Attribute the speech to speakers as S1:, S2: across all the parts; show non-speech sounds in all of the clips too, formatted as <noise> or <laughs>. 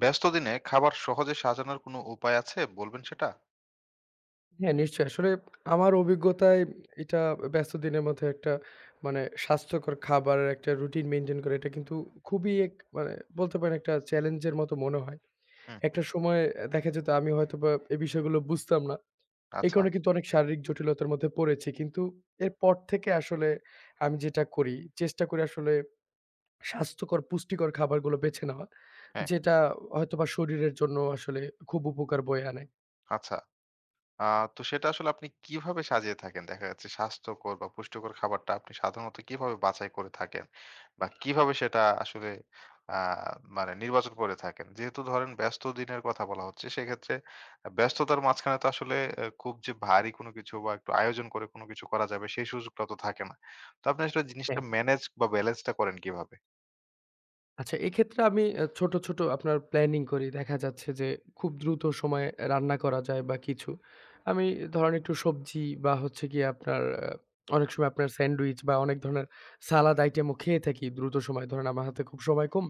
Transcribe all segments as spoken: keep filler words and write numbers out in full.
S1: ব্যস্ত দিনে খাবার সহজে সাজানোর কোনো উপায় আছে বলবেন সেটা?
S2: হ্যাঁ, নিশ্চয়ই। আসলে আমার অভিজ্ঞতায় এটা ব্যস্ত দিনের মধ্যে একটা মানে স্বাস্থ্যকর খাবারের একটা রুটিন মেইনটেইন করা এটা কিন্তু খুবই এক মানে বলতে পারেন একটা চ্যালেঞ্জের মতো মনে হয়।
S1: হুম।
S2: একটা সময় দেখা যেত আমি হয়তোবা এই বিষয়গুলো বুঝতাম না। এই
S1: আচ্ছা।
S2: কারণে কিন্তু অনেক শারীরিক জটিলতার মধ্যে পড়েছি। কিন্তু এরপর থেকে আসলে আমি যেটা করি, চেষ্টা করি আসলে স্বাস্থ্যকর পুষ্টিকর খাবারগুলো বেছে নেওয়া।
S1: হ্যাঁ।
S2: যেটা হয়তোবা শরীরের জন্য আসলে খুব উপকার বয়ে আনে।
S1: আচ্ছা। আ তো সেটা আসলে আপনি কিভাবে সাজিয়ে থাকেন? দেখা যাচ্ছে স্বাস্থ্যকর বা পুষ্টিকর খাবারটা আপনি সাধারণত কিভাবে বাছাই করে থাকেন? বা কিভাবে সেটা আসলে আ মানে নির্বাচন করে থাকেন? যেহেতু ধরেন ব্যস্ত দিনের কথা বলা হচ্ছে, সেক্ষেত্রে আ ব্যস্ততার মাঝখানে তো আসলে এ খুব যে ভারী কোনো কিছু বা একটু আয়োজন করে কোনো কিছু করা যাবে সেই সুযোগটা তো থাকে না। তো আপনি আসলে জিনিসটা ম্যানেজ বা ব্যালেন্সটা করেন কিভাবে?
S2: আচ্ছা, এক্ষেত্রে আমি অ্যা ছোট, ছোট আপনার প্ল্যানিং করি। দেখা যাচ্ছে যে খুব দ্রুত সময়ে রান্না করা যায় বা কিছু। আমি ধরেন একটু সবজি বা হচ্ছে গিয়ে আপনার আ অনেক সময় আপনার স্যান্ডউইচ বা অনেক ধরনের সালাদ আইটেমও খেয়ে থাকি দ্রুত সময়ে। ধরেন আমার হাতে খুব সময় কম।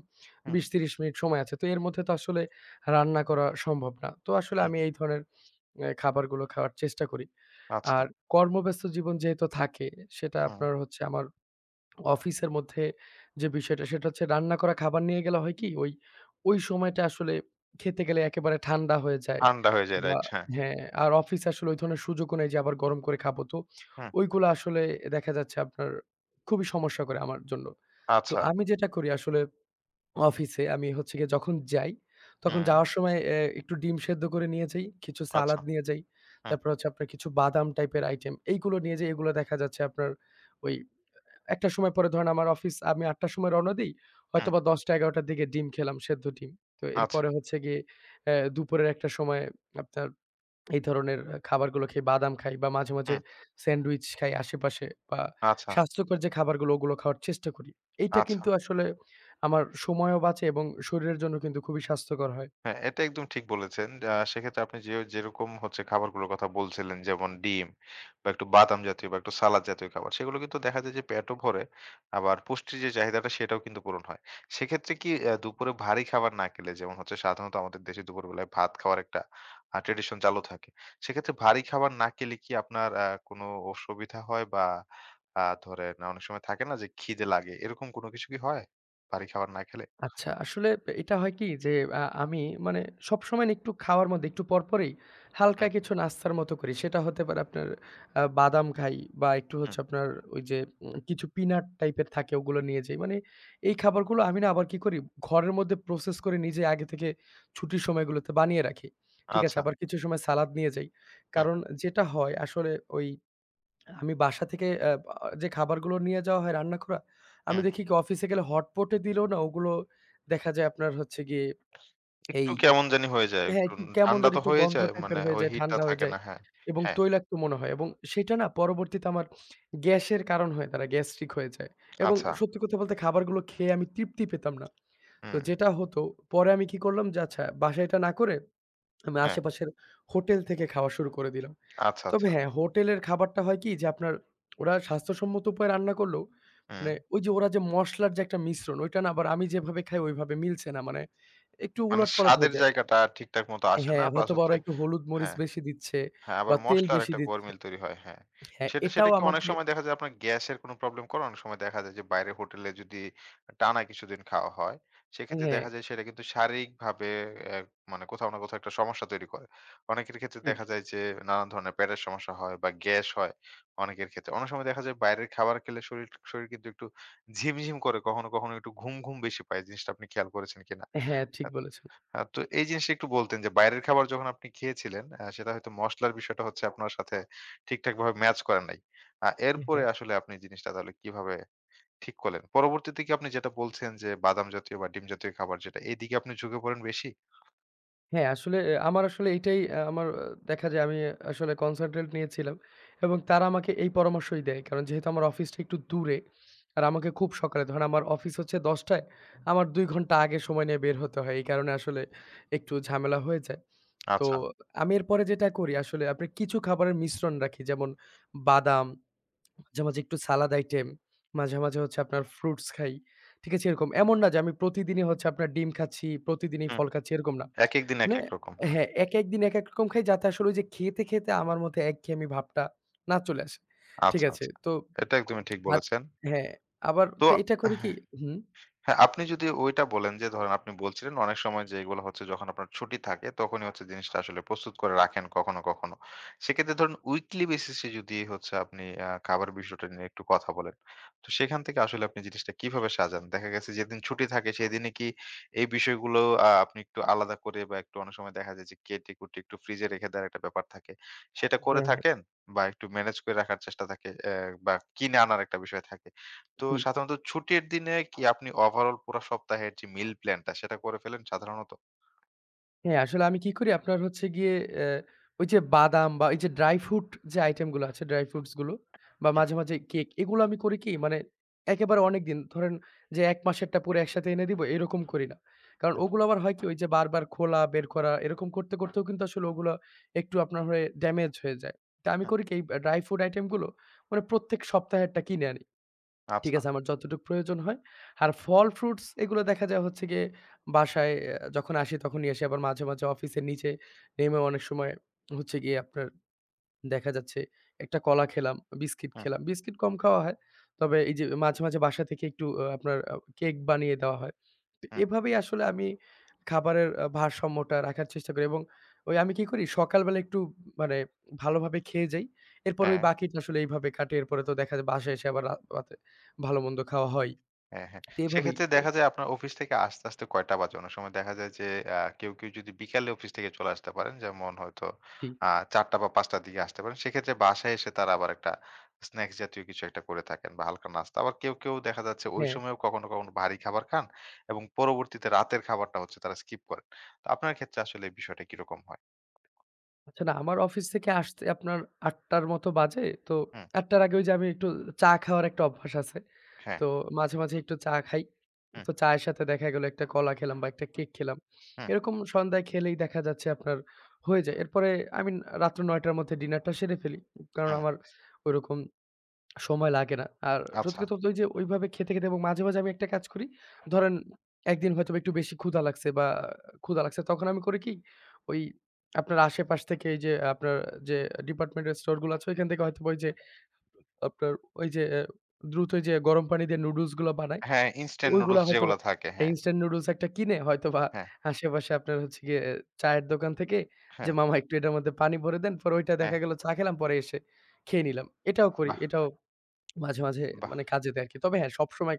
S1: হুম,
S2: বিশ থেকে ত্রিশ মিনিট সময় আছে। তো এর মধ্যে তো আসলে রান্না করা সম্ভব না। তো আসলে
S1: হুম।
S2: আমি এই ধরনের অ্যা খাবারগুলো খাওয়ার চেষ্টা করি।
S1: আচ্ছা।
S2: আর কর্মব্যস্ত জীবন যেহেতু থাকে, সেটা
S1: হুম।
S2: আপনার হচ্ছে আমার অফিসের মধ্যে যে বিষয়টা সেটা হচ্ছে রান্না করা খাবার নিয়ে গেলে হয় কি ওই, ওই সময়টা আসলে খেতে গেলে একেবারে ঠান্ডা হয়ে যায়
S1: ঠান্ডা হয়ে যায়।
S2: বা
S1: রাইট, হ্যাঁ।
S2: হ্যাঁ, আর অফিসে আসলে ওই ধরনের সুযোগও নেই যে আবার গরম করে খাবো। তো
S1: হুম,
S2: ওইগুলো আসলে দেখা যাচ্ছে আপনার খুবই সমস্যা করে আমার জন্য। তো
S1: আচ্ছা।
S2: আমি যেটা করি আসলে অফিসে আমি হচ্ছে গিয়ে যখন যাই, তখন
S1: হুম,
S2: যাওয়ার সময় এ একটু ডিম সেদ্ধ করে নিয়ে যাই, কিছু
S1: আচ্ছা।
S2: সালাদ নিয়ে যাই।
S1: হুম,
S2: তারপর হচ্ছে আপনার কিছু বাদাম টাইপের আইটেম এইগুলো নিয়ে যাই। এগুলো দেখা যাচ্ছে আপনার ওই একটা সময় পরে ধরেন আমার অফিস আমি ৮ঃ শূন্য শূন্য র সময় রওনা দেই।
S1: হুম,
S2: হয়তোবা ১০ঃ০০-১১ঃ শূন্য শূন্য র দিকে ডিম খেলাম, সেদ্ধ ডিম। তো
S1: আচ্ছা।
S2: এরপরে হচ্ছে গিয়ে অ্যা দুপুরের একটা সময় আপনার এই ধরনের খাবারগুলো খাই, বাদাম খাই বা মাঝে, মাঝে
S1: হুম,
S2: স্যান্ডউইচ খাই আশেপাশে বা
S1: আচ্ছা,
S2: স্বাস্থ্যকর যে খাবারগুলো ওগুলো খাওয়ার চেষ্টা করি। এইটা
S1: আচ্ছা।
S2: কিন্তু আসলে আমার সময়ও বাঁচে এবং শরীরের জন্য কিন্তু খুবই স্বাস্থ্যকর হয়।
S1: হ্যাঁ, এটা একদম ঠিক বলেছেন। আ সেক্ষেত্রে আপনি যে যেরকম হচ্ছে খাবারগুলোর কথা বলছিলেন যেমন ডিম বা একটু বাদাম জাতীয় বা একটু সালাদ জাতীয় খাবার সেগুলো কিন্তু দেখা যায় যে পেটও ভরে আবার পুষ্টির যে চাহিদাটা সেটাও কিন্তু পূরণ হয়। সেক্ষেত্রে কি অ্যা দুপুরে ভারী খাবার না খেলে যেমন হচ্ছে সাধারণত আমাদের দেশে দুপুরবেলায় ভাত খাওয়ার একটা আ ট্র্যাডিশন চালু থাকে। সেক্ষেত্রে ভারী খাবার না খেলে কি আপনার আ কোনো অসুবিধা হয় বা আ ধরেন অনেক সময় থাকে না যে খিদে লাগে এরকম কোনো কিছু কি হয়? ভারী খাবার না খেলে?
S2: আচ্ছা, আসলে এটা হয় কি যে আ আমি মানে সবসময় না একটু খাওয়ার মধ্যে একটু পরপরই
S1: হুম,
S2: হালকা কিছু নাস্তার মতো করি। সেটা হতে পারে আপনার আ বাদাম খাই বা একটু
S1: হুম।
S2: হচ্ছে আপনার ওই যে উম কিছু পিনাট টাইপের থাকে ওগুলো নিয়ে যাই। মানে এই খাবারগুলো আমি না আবার কি করি ঘরের মধ্যে প্রসেস করে নিজে আগে থেকে ছুটির সময়গুলোতে বানিয়ে রাখি। ঠিক আছে?
S1: আচ্ছা।
S2: আবার কিছু সময় সালাদ নিয়ে যাই।
S1: হুম,
S2: কারণ যেটা হয় আসলে ওই আমি বাসা থেকে অ্যা বা যে খাবারগুলো নিয়ে যাওয়া হয় রান্না করা, আমি
S1: হুম।
S2: দেখি কি অফিসে গেলে হটপটে দিলেও না ওগুলো দেখা যায় আপনার হচ্ছে গিয়ে
S1: একটু
S2: এই
S1: কেমন জানি হয়ে যায়।
S2: হ্যাঁ,
S1: একটু
S2: একটু কেমন
S1: ঠান্ডা
S2: যেন
S1: তো
S2: একটু
S1: হয়েই
S2: গন্ধ
S1: যায়।
S2: টাইপের
S1: মানে
S2: হয়ে
S1: ওই
S2: যায়,
S1: হিটটা
S2: ঠান্ডা হয়ে
S1: থাকে
S2: যায়
S1: না। হ্যাঁ,
S2: এবং
S1: হ্যাঁ।
S2: তৈলাক্ত মনে হয় এবং সেটা না পরবর্তীতে আমার গ্যাসের কারণ হয়ে দাঁড়ায়, গ্যাস্ট্রিক হয়ে যায় এবং
S1: আচ্ছা।
S2: সত্যি কথা বলতে খাবারগুলো খেয়ে আমি তৃপ্তি পেতাম না। তো
S1: হুম,
S2: যেটা হতো পরে আমি কি করলাম যে আচ্ছা বাসায় এটা না করে আমি
S1: হ্যাঁ।
S2: আশেপাশের হোটেল থেকে খাওয়া শুরু করে দিলাম।
S1: আচ্ছা, আচ্ছা।
S2: তবে হ্যাঁ, হোটেলের খাবারটা হয় কি যে আপনার ওরা স্বাস্থ্যসম্মত উপায়ে রান্না করলেও
S1: হুম।
S2: মানে ওই যে ওরা যে মসলার যে একটা মিশ্রণ ওইটা না আবার আমি যেভাবে খাই ওইভাবে মিলছে না। মানে একটু
S1: মানে
S2: উলটপালট
S1: স্বাদের
S2: হয়ে যায়।
S1: জায়গাটা ঠিকঠাক মতো আসে না।
S2: হ্যাঁ,
S1: প্লাস
S2: হয়তোবা
S1: হচ্ছে
S2: ওরা একটু হলুদ মরিচ
S1: হ্যাঁ।
S2: বেশি দিচ্ছে
S1: হ্যাঁ, আবার
S2: বা তেল
S1: মসলার
S2: বেশি
S1: একটা
S2: দিচ্ছে।
S1: গোলমেল তৈরি হয়, হ্যাঁ।
S2: হ্যাঁ,
S1: সেটা সেটা
S2: এটাও
S1: কি অনেক
S2: আমাকে
S1: সময় দেখা যায় আপনার গ্যাসের কোনো প্রবলেম করে? অনেক সময় দেখা যায় যে বাইরের হোটেলে যদি টানা কিছুদিন খাওয়া হয়, সেক্ষেত্রে
S2: হ্যাঁ,
S1: দেখা যায় সেটা কিন্তু শারীরিকভাবে অ্যা মানে কোথাও না কোথাও একটা সমস্যা তৈরি করে। অনেকের ক্ষেত্রে
S2: ঠিক।
S1: দেখা যায় যে নানান ধরনের পেটের সমস্যা হয় বা গ্যাস হয় অনেকের ক্ষেত্রে। অনেক সময় দেখা যায় বাইরের খাবার খেলে শরীর শরীর কিন্তু একটু ঝিমঝিম করে, কখনো, কখনো একটু ঘুম, ঘুম বেশি পায়। জিনিসটা আপনি খেয়াল করেছেন কিনা?
S2: হ্যাঁ, ঠিক বলেছেন।
S1: আ তো এই জিনিসটা একটু বলতেন যে বাইরের খাবার যখন আপনি খেয়েছিলেন, আ সেটা হয়তো মসলার বিষয়টা হচ্ছে আপনার সাথে ঠিকঠাকভাবে ম্যাচ করে নাই। আ এরপরে
S2: হ্যাঁ।
S1: আসলে আপনি জিনিসটা তাহলে কিভাবে ঠিক করলেন? পরবর্তীতে কি আপনি যেটা বলছেন যে বাদাম জাতীয় বা ডিম জাতীয় খাবার যেটা, এদিকে আপনি ঝুঁকে পড়েন বেশি?
S2: হ্যাঁ, আসলে এ আমার আসলে এইটাই আ আমার আহ, দেখা যায় আমি আসলে কনসালটেন্ট নিয়েছিলাম এবং তারা আমাকে এই পরামর্শই দেয়। কারণ যেহেতু আমার অফিসটা একটু দূরে আর আমাকে খুব সকালে ধরেন আমার অফিস হচ্ছে দশ টায়, আমার দুই ঘন্টা আগে সময় নিয়ে বের হতে হয়। এই কারণে আসলে একটু ঝামেলা হয়ে যায়। তো
S1: আচ্ছা।
S2: আমি এরপরে যেটা করি আসলে আপনার কিছু খাবারের মিশ্রণ রাখি যেমন বাদাম মাঝে, মাঝে একটু সালাদ আইটেম, মাঝে, মাঝে হচ্ছে আপনার ফ্রুটস খাই। ঠিক আছে? এরকম। এমন না যে আমি প্রতিদিনই হচ্ছে আপনার ডিম খাচ্ছি, প্রতিদিনই
S1: হুম।
S2: ফল খাচ্ছি এরকম না।
S1: একেক দিন
S2: মানে
S1: একেক রকম। হ্যাঁ।
S2: হ্যাঁ, একেক দিন একেক রকম খাই যাতে আসলে ওই যে খেতে, খেতে আমার মধ্যে একঘেয়েমি ভাবটা না চলে আসে। ঠিক
S1: আচ্ছা,
S2: আছে?
S1: আচ্ছা।
S2: তো
S1: এটা একদমই ঠিক
S2: মাঝ
S1: বলেছেন।
S2: হ্যাঁ, আবার
S1: তো
S2: তো এটা করি কি
S1: হ্যাঁ।
S2: হুম,
S1: হ্যাঁ, আপনি যদি ওইটা বলেন যে ধরেন আপনি বলছিলেন অনেক সময় যে এগুলো হচ্ছে যখন আপনার ছুটি থাকে তখনই হচ্ছে জিনিসটা আসলে প্রস্তুত করে রাখেন কখনো কখনো। সেক্ষেত্রে ধরুন উইকলি বেসিসে যদি হচ্ছে আপনি আ খাবার বিষয়টা নিয়ে একটু কথা বলেন। তো সেখান থেকে আসলে আপনি জিনিসটা কিভাবে সাজান? দেখা গেছে যেদিন ছুটি থাকে সেদিনে কি এই বিষয়গুলো আ আপনি একটু আলাদা করে বা একটু অনেক সময় দেখা যায় যে কেটে-কুটে একটু ফ্রিজে রেখে দেওয়ার একটা ব্যাপার থাকে। সেটা করে
S2: হ্যাঁ, হ্যাঁ,
S1: থাকেন? বা একটু ম্যানেজ করে রাখার চেষ্টা থাকে অ্যা বা কিনে আনার একটা বিষয় থাকে? তো
S2: জি।
S1: সাধারণত ছুটির দিনে কি আপনি ওভারঅল পুরা সপ্তাহের যে মিল প্ল্যানটা সেটা করে ফেলেন সাধারণত?
S2: হ্যাঁ, আসলে আমি কি করি আপনার হচ্ছে গিয়ে অ্যা ওই যে বাদাম বা এই যে ড্রাই ফ্রুট যে আইটেম গুলো আছে, ড্রাই ফ্রুটস গুলো বা
S1: হুম,
S2: মাঝে, মাঝে কেক এগুলো আমি করি কি মানে একেবারে অনেকদিন ধরেন যে এক মাসেরটা পুরো একসাথে এনে দিব এরকম করি না। কারণ
S1: হুম,
S2: ওগুলো আবার হয় কি ওই যে বারবার খোলা, বের করা এরকম করতে, করতেও কিন্তু আসলে ওগুলো একটু আপনার হয়ে ড্যামেজ হয়ে যায়। তা আমি
S1: হুম।
S2: করি কি এই ড্রাই ফ্রুট আইটেম গুলো মানে প্রত্যেক সপ্তাহেরটা কিনে আনি। ঠিক
S1: আচ্ছা।
S2: আছে আমার যতটুকু প্রয়োজন হয়। আর ফল ফ্রুটস এগুলো দেখা যায় হচ্ছে গিয়ে বাসায় অ্যা যখন আসি তখন নিয়ে আসি। আবার মাঝে, মাঝে অফিসের নিচে নেমেও অনেক সময় হচ্ছে গিয়ে আপনার দেখা যাচ্ছে একটা কলা খেলাম, বিস্কিট
S1: হুম,
S2: খেলাম। বিস্কিট কম খাওয়া হয়। তবে এই যে মাঝে, মাঝে বাসা থেকে একটু আ আপনার আ কেক বানিয়ে দেওয়া হয়। তো
S1: হুম।
S2: এভাবেই আসলে আমি খাবারের আ ভারসাম্যটা রাখার চেষ্টা করি এবং ওই আমি কি করি সকালবেলা একটু মানে ভালোভাবে খেয়ে যাই। এরপর ওই
S1: হ্যাঁ।
S2: বাকিটা আসলে এইভাবে কাটে। এরপরে তো দেখা যায় বাসায় এসে আবার রা রাতে ভালো-মন্দ খাওয়া হয়।
S1: হ্যাঁ, হ্যাঁ।
S2: তো এভাবেই
S1: সেক্ষেত্রে
S2: আহ,
S1: দেখা যায় আপনার অফিস থেকে আসতে, আসতে কয়টা বাজে? অনেক সময় দেখা যায় যে আ কেউ, কেউ যদি বিকালে অফিস থেকে চলে আসতে পারেন, যেমন হয়তো
S2: জি,
S1: আ ৪ঃ শূন্য শূন্য বা ৫ঃ শূন্য শূন্য র দিকে আসতে পারেন। সেক্ষেত্রে বাসায় এসে তারা আবার একটা স্ন্যাকস জাতীয় কিছু একটা করে থাকেন বা হালকা নাস্তা। আবার কেউ, কেউ দেখা যাচ্ছে ওই
S2: হ্যাঁ।
S1: সময়েও কখনো, কখনো ভারী খাবার খান এবং পরবর্তীতে রাতের খাবারটা হচ্ছে তারা স্কিপ করেন। তো আপনার ক্ষেত্রে আসলে এই বিষয়টা কিরকম হয়?
S2: আচ্ছা না আমার অফিস থেকে আসতে আপনার ৮ঃ শূন্য শূন্য র মতো বাজে। তো
S1: হুম,
S2: ৮ঃ শূন্য শূন্য র আগে ওই যে আমি একটু চা খাওয়ার একটা অভ্যাস আছে।
S1: হ্যাঁ,
S2: তো মাঝে, মাঝে একটু চা খাই।
S1: হুম,
S2: তো চায়ের সাথে দেখা গেল একটা কলা খেলাম বা একটা কেক খেলাম।
S1: হুম,
S2: এরকম সন্ধ্যায় খেলেই দেখা যাচ্ছে আপনার হয়ে যায়। এরপরে আমি ন- রাত্র নয় টার মধ্যে ডিনারটা সেরে ফেলি। কারণ
S1: হুম।
S2: আমার ওইরকম সময় লাগে না। আর সত্যি
S1: আচ্ছা।
S2: কথা বলতে ওইযে ওইভাবে খেতে, খেতে এবং মাঝে, মাঝে আমি একটা কাজ করি। ধরেন একদিন হয়তোবা একটু বেশি ক্ষুধা লাগছে বা ক্ষুধা লাগছে তখন আমি করি কি ওই আপনার আশেপাশ থেকে এই যে আপনার যে ডিপার্টমেন্টাল স্টোর গুলো আছে ওইখান থেকে হয়তোবা ওই যে আপনার ওই যে অ্যা দ্রুত ওই যে গরম পানি দিয়ে নুডলস গুলো বানাই।
S1: হ্যাঁ, ইনস্ট্যান্ট নুডলস
S2: ওইগুলা হয়তোবা
S1: যেগুলা থাকে।
S2: হ্যাঁ,
S1: হ্যাঁ,
S2: ইনস্ট্যান্ট নুডলস একটা কিনে হয়তোবা
S1: হ্যাঁ,
S2: আশেপাশে আপনার হচ্ছে গিয়ে চায়ের দোকান থেকে যে,
S1: হ্যাঁ,
S2: "মামা একটু এটার মধ্যে পানি ভরে দেন।" পরে ওইটা
S1: হ্যাঁ।
S2: দেখা গেল চা খেলাম, পরে এসে খেয়ে নিলাম। এটাও করি।
S1: বাহ!
S2: এটাও মাঝে, মাঝে
S1: বাহ!
S2: মানে কাজে দেয় আরকি। তবে হ্যাঁ, সবসময়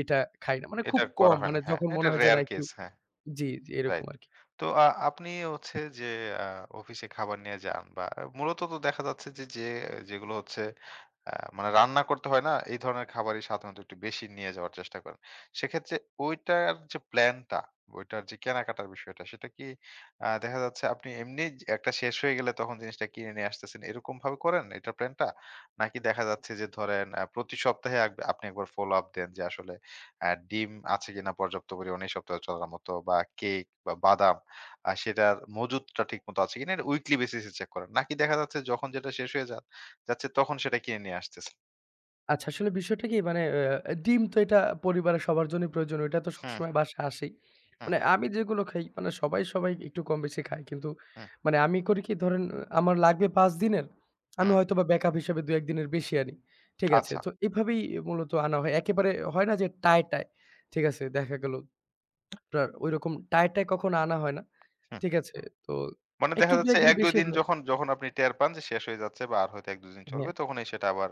S2: এটা খাই না। মানে
S1: এটা
S2: খুব
S1: করা
S2: কম
S1: হয় না।
S2: মানে
S1: হ্যাঁ,
S2: যখন
S1: এটা
S2: মনে হয় যে, না
S1: রেয়ার
S2: একটু
S1: কেস হ্যাঁ,
S2: জি, জি এরকম
S1: রাইট।
S2: আরকি।
S1: তো আ আপনি হচ্ছে যে আ অফিসে খাবার নিয়ে যান বা মূলত তো দেখা যাচ্ছে যে, যে যেগুলো হচ্ছে আ মানে রান্না করতে হয় না? এই ধরনের খাবারই সাধারণত একটু বেশি নিয়ে যাওয়ার চেষ্টা করেন। সেক্ষেত্রে ওইটার যে প্ল্যানটা, ওইটার যে কেনাকাটার বিষয়টা সেটা কি আ দেখা যাচ্ছে আপনি এমনি একটা শেষ হয়ে গেলে তখন জিনিসটা কিনে নিয়ে আসতেছেন এরকম ভাবে করেন এটার প্ল্যানটা? নাকি দেখা যাচ্ছে যে ধরেন আ প্রতি সপ্তাহে আগ আপনি একবার ফলো আপ দেন যে আসলে আ ডিম আছে কিনা পর্যাপ্ত পরিমাণে এই সপ্তাহে চলার মতো বা কেক বা বাদাম আ সেটার মজুদটা ঠিকমতো আছে কিনা এটা উইকলি বেসিস এ চেক করেন। নাকি দেখা যাচ্ছে যখন যেটা শেষ হয়ে যা যাচ্ছে তখন সেটা কিনে নিয়ে আসতেছেন।
S2: আচ্ছা, আসলে বিষয়টা কি মানে আ ডিম তো এটা পরিবারের সবার জন্যই প্রয়োজন। ওইটা তো
S1: হুম,
S2: সবসময় বাসায় আসেই।
S1: হুম,
S2: মানে আমি যেগুলো খাই মানে সবাই, সবাই একটু কম বেশি খায়। কিন্তু
S1: হুম,
S2: মানে আমি করি কি ধরেন আ আমার লাগবে পাঁচ দিনের, আমি
S1: হুম।
S2: হয়তোবা ব্যাকআপ হিসেবে দুই এক দিনের বেশি আনি। ঠিক আছে?
S1: আচ্ছা।
S2: তো এভাবেই মূলত আনা হয়। একেবারে হয় না যে টায়, টায় ঠিক আছে? দেখা গেল আপনার ঐরকম টায়, টায় কখনো আনা হয় না।
S1: হুম।
S2: ঠিক আছে? তো
S1: মানে দেখা
S2: একটু
S1: যাচ্ছে
S2: দুই এক দিন
S1: এক দুই
S2: বেশি
S1: দিন
S2: হয়।
S1: যখন যখন আপনি টের পান যে শেষ হয়ে যাচ্ছে বা আর হয়তো এক দুই দিন চলবে
S2: হ্যাঁ।
S1: তখনই সেটা আবার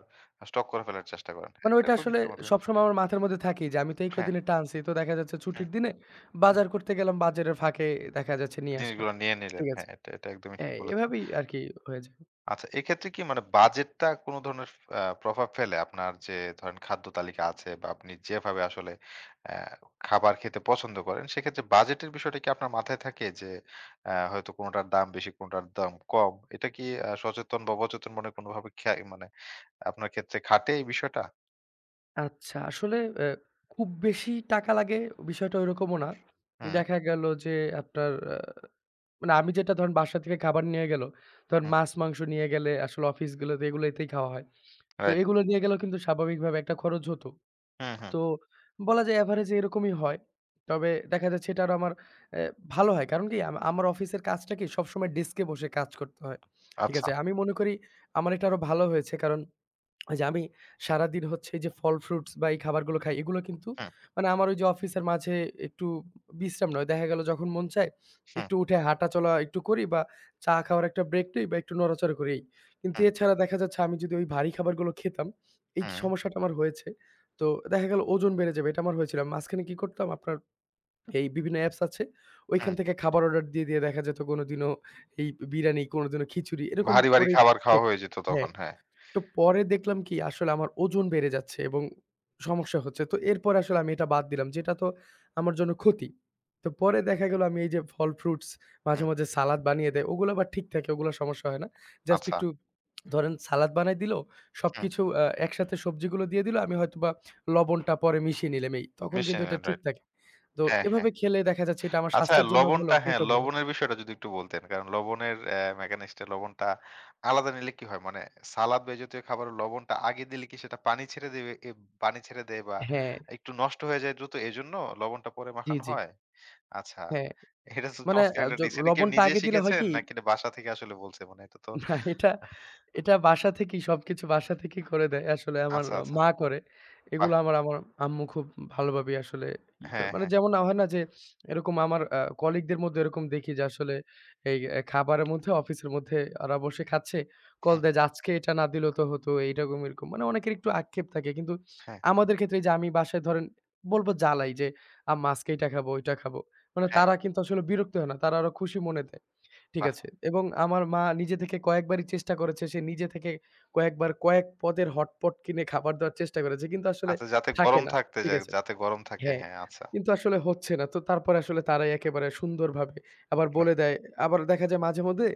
S1: স্টক করে ফেলার চেষ্টা করেন। হ্যাঁ,
S2: মানে
S1: এটা
S2: ওইটা
S1: খুবই
S2: আসলে
S1: চমৎকার।
S2: সবসময় আমার মাথার মধ্যে থাকেই যে আমি তো এই
S1: হ্যাঁ,
S2: কদিনে টানছি। তো দেখা যাচ্ছে
S1: হুম,
S2: ছুটির দিনে
S1: হুম।
S2: বাজার করতে গেলাম, বাজারের ফাঁকে দেখা যাচ্ছে নিয়ে আসলাম।
S1: জিনিসগুলো নিয়ে নিলেন।
S2: ঠিক
S1: হ্যাঁ,
S2: আছে?
S1: এটা এটা একদমই ঠিক
S2: হ্যাঁ,
S1: বলেছেন।
S2: এভাবেই আরকি হয়ে যায়।
S1: আচ্ছা, এক্ষেত্রে কি মানে বাজেটটা কোন ধরনের আ প্রভাব ফেলে? আপনার যে ধরেন খাদ্য তালিকা আছে বা আপনি যেভাবে আসলে অ্যা খাবার খেতে পছন্দ করেন, সেক্ষেত্রে বাজেটের বিষয়টা কি আপনার মাথায় থাকে? যে অ্যা হয়তো কোনটার দাম বেশি, কোনটার দাম কম। এটা কি আ সচেতন বা অবচেতন মনে কোনভাবে খেয়া মানে আপনার ক্ষেত্রে খাটে এই বিষয়টা?
S2: আচ্ছা, আসলে অ্যা খুব বেশি টাকা লাগে বিষয়টা ওইরকমও না।
S1: হুম,
S2: দেখা গেল যে আপনার আ মানে আমি যেটা ধরেন বাসা থেকে খাবার নিয়ে গেল, ধরেন
S1: হুম,
S2: মাছ-মাংস নিয়ে গেলে আসলে অফিসগুলোতে এগুলোতেই খাওয়া হয়। তো
S1: রাইট।
S2: এগুলো নিয়ে গেলেও কিন্তু স্বাভাবিকভাবে একটা খরচ হতো।
S1: হুম, হুম।
S2: তো বলা যায় এভারেজ এরকমই হয়। তবে দেখা যাচ্ছে এটা আরো আমার অ্যা ভালো হয়। কারণ কি আম আমার অফিসের কাজটা কি সবসময় ডেস্কে বসে কাজ করতে হয়। ঠিক
S1: আচ্ছা।
S2: আছে? আমি মনে করি আমার এটা আরো ভালো হয়েছে কারণ ওই যে আমি সারাদিন হচ্ছে এই যে ফল ফ্রুটস বা এই খাবারগুলো খাই, এগুলো কিন্তু
S1: হুম,
S2: মানে আমার ওই যে অফিসের মাঝে একটু বিশ্রাম নয়। দেখা গেল যখন মন চায়
S1: হুম,
S2: একটু উঠে হাঁটাচলা একটু করি বা চা খাওয়ার একটা ব্রেক নেই বা একটু নড়াচড়া করি এই। কিন্তু
S1: হুম,
S2: এছাড়া দেখা যাচ্ছে আমি যদি ওই ভারী খাবারগুলো খেতাম, এই
S1: হুম,
S2: সমস্যাটা আমার হয়েছে। তো দেখা গেল ওজন বেড়ে যাবে এটা আমার হয়েছিল। মাঝখানে কি করতাম আপনার এই বিভিন্ন অ্যাপস আছে।
S1: হুম।
S2: ওইখান থেকে খাবার অর্ডার দিয়ে, দিয়ে দেখা যেত কোনোদিনও এই বিরিয়ানি, কোনোদিনও খিচুড়ি এরকম
S1: ভারী, ভারী
S2: করেই
S1: খাবার
S2: খে
S1: খাওয়া হয়ে যেত
S2: হ্যাঁ।
S1: তখন। হ্যাঁ।
S2: তো পরে দেখলাম কি আসলে আমার ওজন বেড়ে যাচ্ছে এবং সমস্যা হচ্ছে। তো এরপরে আসলে আমি এটা বাদ দিলাম। যেটা তো আমার জন্য ক্ষতি। তো পরে দেখা গেল আমি এই যে ফল ফ্রুটস মাঝে,
S1: হুম,
S2: মাঝে সালাদ বানিয়ে দেয়। ওগুলো আবার ঠিক থাকে, ওগুলো সমস্যা হয় না। জাস্ট
S1: আচ্ছা।
S2: একটু ধরেন সালাদ বানায় দিল।
S1: হুম,
S2: সবকিছু আ একসাথে সবজিগুলো দিয়ে দিল। আমি হয়তোবা লবণটা পরে মিশিয়ে নিলাম এই। তখন
S1: মিশিয়ে
S2: কিন্তু এটা
S1: নেন,
S2: ঠিক
S1: রাইট।
S2: থাকে। তো
S1: হ্যাঁ, হ্যাঁ।
S2: এভাবে খেলে দেখা যাচ্ছে এটা আমার
S1: আচ্ছা
S2: স্বাস্থ্যের জন্য ভালো,
S1: লবণটা হ্যাঁ,
S2: পেটও ভরে
S1: লবণের বিষয়টা যদি একটু বলতেন। কারণ লবণের অ্যা মেকানিক্সটা লবণটা আলাদা নিলে কি হয়? মানে সালাদ বা এই জাতীয় খাবারে লবণটা আগে দিলে কি সেটা পানি ছেড়ে দেবে এ পানি ছেড়ে দেয় বা
S2: হ্যাঁ,
S1: একটু নষ্ট হয়ে যায় দ্রুত এজন্য লবণটা পরে
S2: জি,
S1: মাখানো
S2: জি।
S1: হয়? আচ্ছা।
S2: হ্যাঁ,
S1: এটা তো
S2: মানে
S1: চমৎকার
S2: আ
S1: একটা
S2: য
S1: ডিশ। এটা কি
S2: লবণটা
S1: নিজে
S2: আগে দিলে হয়
S1: শিখেছেন
S2: কি?
S1: নাকি এটা বাসা থেকে আসলে বলছে? মানে এটা তো
S2: <laughs> না এটা এটা বাসা থেকেই সবকিছু বাসা থেকেই করে দেয়। আসলে আমার
S1: আচ্ছা, আচ্ছা।
S2: মা করে।
S1: বাহ!
S2: এগুলো আমার, আমার আম্মু খুব ভালোভাবেই আসলে ই করে।
S1: হ্যাঁ,
S2: মানে
S1: হ্যাঁ।
S2: যেমন হয় না যে এরকম আমার আ কলিগদের মধ্যে এরকম দেখি যে আসলে এই এ খাবারের মধ্যে অফিসের মধ্যে ওরা বসে খাচ্ছে। কল
S1: হুম,
S2: দেয় যে, "আজকে এটা না দিলেও তো হতো।" এইরকম এরকম। মানে অনেকের একটু আক্ষেপ থাকে। কিন্তু
S1: হ্যাঁ,
S2: আমাদের ক্ষেত্রে এই যে আমি বাসায় ধরেন বলব জ্বালাই যে, "আম্মা আজকে এটা খাবো, ওইটা খাবো।" মানে
S1: হ্যাঁ।
S2: তারা কিন্তু আসলে বিরক্ত হয় না। তারা আরো খুশি মনে দেয়। ঠিক
S1: বাহ!
S2: আছে। এবং আমার মা নিজে থেকে কয়েকবারই চেষ্টা করেছে। সে নিজে থেকে কয়েকবার কয়েক পদের হটপট কিনে খাবার দেওয়ার চেষ্টা করেছে। কিন্তু আসলে
S1: আচ্ছা যাতে
S2: থাকে
S1: গরম
S2: না।
S1: থাকতে
S2: ঠিক
S1: যায়
S2: আছে।
S1: যাতে গরম থাকে।
S2: হ্যাঁ,
S1: হ্যাঁ, আচ্ছা।
S2: কিন্তু আসলে হচ্ছে না। তো তারপরে আসলে তারাই একেবারে সুন্দরভাবে আবার
S1: বাহ!
S2: বলে দেয়। আবার দেখা যায় মাঝে মধ্যে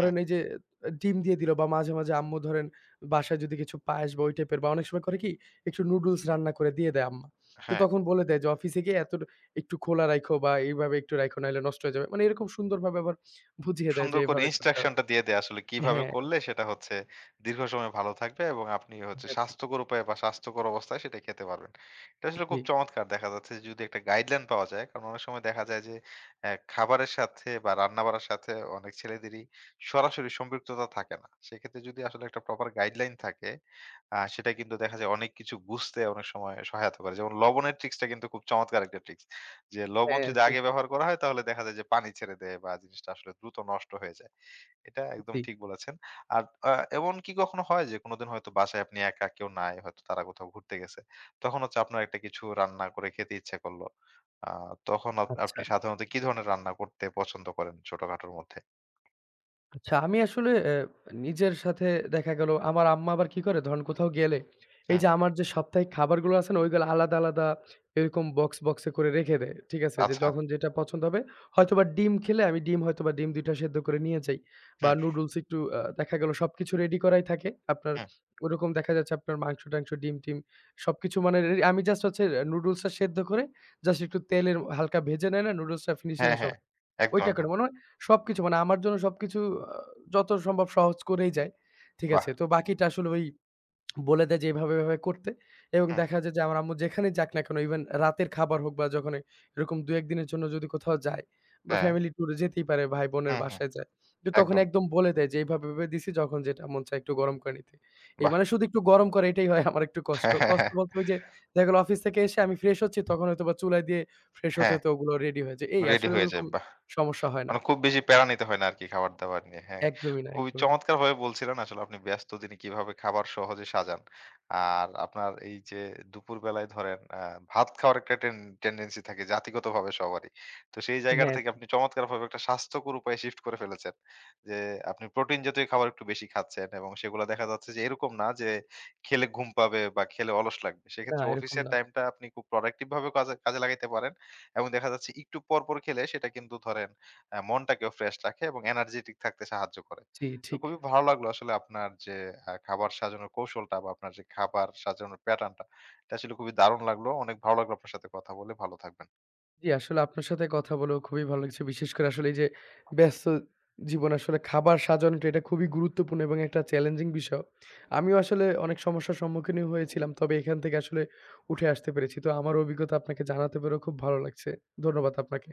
S1: হুম,
S2: এই যে আ ডিম দিয়ে দিল বা মাঝে, মাঝে আম্মু ধরেন বাসায় যদি কিছু পায়েস বা ওই টাইপের বা অনেক সময় করে কি একটু নুডলস রান্না করে দিয়ে দেয় আম্মা। তো
S1: হ্যাঁ।
S2: তখন বলে দেয় যে, "অফিসে গিয়ে এত একটু খোলা রাইখো বা এইভাবে একটু রাইখো নাইলে নষ্ট হয়ে যাবে।" মানে এরকম সুন্দরভাবে আবার বুঝিয়ে দেয় যে
S1: সুন্দর করে
S2: এভাবে করতে হবে।
S1: ইনস্ট্রাকশনটা দিয়ে দেয় আসলে কিভাবে
S2: হ্যাঁ,
S1: করলে সেটা হচ্ছে দীর্ঘ সময় ভালো থাকবে এবং আপনি হচ্ছে
S2: হ্যাঁ ঠিক।
S1: স্বাস্থ্যকর উপায়ে বা স্বাস্থ্যকর অবস্থায় সেটা খেতে পারবেন। এটা আসলে
S2: জি।
S1: খুব চমৎকার দেখা যাচ্ছে যে যদি একটা গাইডলাইন পাওয়া যায় কারণ অনেক সময় দেখা যায় যে অ্যা খাবারের সাথে বা রান্নাবাড়ার সাথে অনেক ছেলেদেরই সরাসরি সম্পৃক্ততা থাকে না। সেক্ষেত্রে যদি আসলে একটা প্রপার গাইডলাইন থাকে আ সেটা কিন্তু দেখা যায় অনেক কিছু বুঝতে অনেক সময় সহায়তা করে। যেমন লবণের ট্রিক্সটা কিন্তু খুব চমৎকার একটা ট্রিক্স। যে লবণ
S2: হ্যাঁ
S1: যদি আগে
S2: ঠিক।
S1: ব্যবহার করা হয় তাহলে দেখা যায় যে পানি ছেড়ে দেয় বা জিনিসটা আসলে দ্রুত নষ্ট হয়ে যায়। এটা একদম
S2: জি।
S1: ঠিক বলেছেন। আর আ এমন কি কখনো হয় যে কোনোদিন হয়তো বাসায় আপনি একা কেউ নাই, হয়তো তারা কোথাও ঘুরতে গেছে। তখন হচ্ছে আপনার একটা কিছু রান্না করে খেতে ইচ্ছা করলো। আ তখন আপ আপনি
S2: আচ্ছা।
S1: সাধারণত কি ধরনের রান্না করতে পছন্দ করেন ছোটখাটোর মধ্যে?
S2: আচ্ছা আমি আসলে অ্যা নিজের সাথে দেখা গেল আমার আম্মা আবার কি করে ধরেন কোথাও গেলে এই
S1: হুম,
S2: যে আমার যে সাপ্তাহিক খাবারগুলো আছে না ওইগুলো আলাদা, আলাদা এরকম বক্স, বক্সে করে রেখে দেয়। ঠিক আছে? যে
S1: আচ্ছা।
S2: যখন যেটা পছন্দ হবে হয়তোবা ডিম খেলে আমি ডিম হয়তোবা ডিম দুই টা সেদ্ধ করে নিয়ে যাই বা
S1: হুম,
S2: নুডলস একটু আ দেখা গেল সবকিছু রেডি করাই থাকে। আপনার
S1: হুম।
S2: ওরকম দেখা যাচ্ছে আপনার মাংস-টাংস, ডিম-টিম সবকিছু মানে রে আমি জাস্ট হচ্ছে অ্যা নুডলসটা সেদ্ধ করে জাস্ট একটু তেলের হালকা ভেজে নেয় না নুডলসটা ফিনিশিং
S1: হ্যাঁ,
S2: এর
S1: হ্যাঁ।
S2: সময়।
S1: একদম,
S2: ওইটা করে
S1: একদম।
S2: মনে হয় সবকিছু মানে আমার জন্য সবকিছু আ যত সম্ভব সহজ করেই যায়। ঠিক
S1: বাহ!
S2: আছে? তো বাকিটা আসলে ওই বলে দেয় যে এভাবে, এভাবে করতে এবং
S1: হুম,
S2: দেখা যায় যে আমার আম্মু যেখানেই যাক না কেন ইভেন রাতের খাবার হোক বা যখন এরকম দুই এক দিনের জন্য যদি কোথাও যায় বা
S1: হ্যাঁ।
S2: ফ্যামিলি ট্যুরে যেতেই পারে ভাই-বোনের
S1: হুম, হুম।
S2: বাসায় যায়। তো তখন
S1: একদম।
S2: একদম বলে দেয় যে এভাবে, এভাবে দিছি যখন যেটা মন চায় একটু গরম করে নিতে। এই
S1: বাহ!
S2: মানে
S1: <laughs>
S2: শুধু একটু গরম করা এটাই হয় আমার একটু কষ্ট।
S1: হ্যাঁ, হ্যাঁ,
S2: কষ্ট
S1: হ্যাঁ,
S2: বলতে ওই যে দেখা গেল অফিস থেকে এসে আমি ফ্রেশ হচ্ছি তখন হয়তোবা চুলায় দিয়ে ফ্রেশ হতে,
S1: হ্যাঁ।
S2: হতে ওগুলো রেডি হয়ে যায়। এই
S1: রেডি
S2: আসলে
S1: হয়ে যায়।
S2: ওরকম
S1: বাহ!
S2: সমস্যা হয় না।
S1: মানে খুব বেশি প্যারা নিতে হয় না আরকি খাবার-দাবার নিয়ে। হ্যাঁ,
S2: একদমই না,
S1: খুবই
S2: একদমই না।
S1: চমৎকারভাবে বলছিলেন আসলে আপনি ব্যস্ত দিনে কিভাবে খাবার সহজে সাজান। আর আপনার এই যে দুপুরবেলায় ধরেন আ ভাত খাওয়ার একটা টেন টেনডেন্সি থাকে জাতিগতভাবে সবারই। তো সেই জায়গাটা
S2: হ্যাঁ,
S1: থেকে
S2: ঠিক।
S1: আপনি চমৎকারভাবে একটা স্বাস্থ্যকর উপায়ে শিফট করে ফেলেছেন। যে আপনি প্রোটিন জাতীয় খাবার একটু বেশি খাচ্ছেন এবং সেগুলা দেখা যাচ্ছে যে এরকম না যে খেলে ঘুম পাবে বা খেলে অলস লাগবে।
S2: না,
S1: সেক্ষেত্রে
S2: এরকম
S1: অফিসের
S2: না।
S1: টাইমটা আপনি খুব প্রোডাক্টিভ ভাবে কাজে কাজে লাগাইতে পারেন। এবং দেখা যাচ্ছে একটু পর, পর খেলে সেটা কিন্তু ধরেন আ মনটাকেও ফ্রেশ রাখে এবং এনার্জেটিক থাকতে সাহায্য করে।
S2: জি,
S1: তো
S2: ঠিক।
S1: খুবই ভালো লাগলো আসলে আপনার যে আ খাবার সাজানোর কৌশলটা বা আপনার যে খাবার সাজানোর প্যাটার্ন টা এটা আসলে খুবই দারুণ লাগলো। অনেক ভালো লাগলো আপনার সাথে কথা বলে। ভালো থাকবেন।
S2: জি, আসলে আপনার সাথে কথা বলেও খুবই ভালো লাগছে। বিশেষ করে আসলে এই যে ব্যস্ত জীবনে আসলে খাবার সাজানোটা এটা খুবই গুরুত্বপূর্ণ এবং একটা চ্যালেঞ্জিং বিষয়। আমিও আসলে অনেক সমস্যার সম্মুখীনই হয়েছিলাম। তবে এখান থেকে আসলে উঠে আসতে পেরেছি। তো আমার অভিজ্ঞতা আপনাকে জানাতে পেরেও খুব ভালো লাগছে। ধন্যবাদ আপনাকে।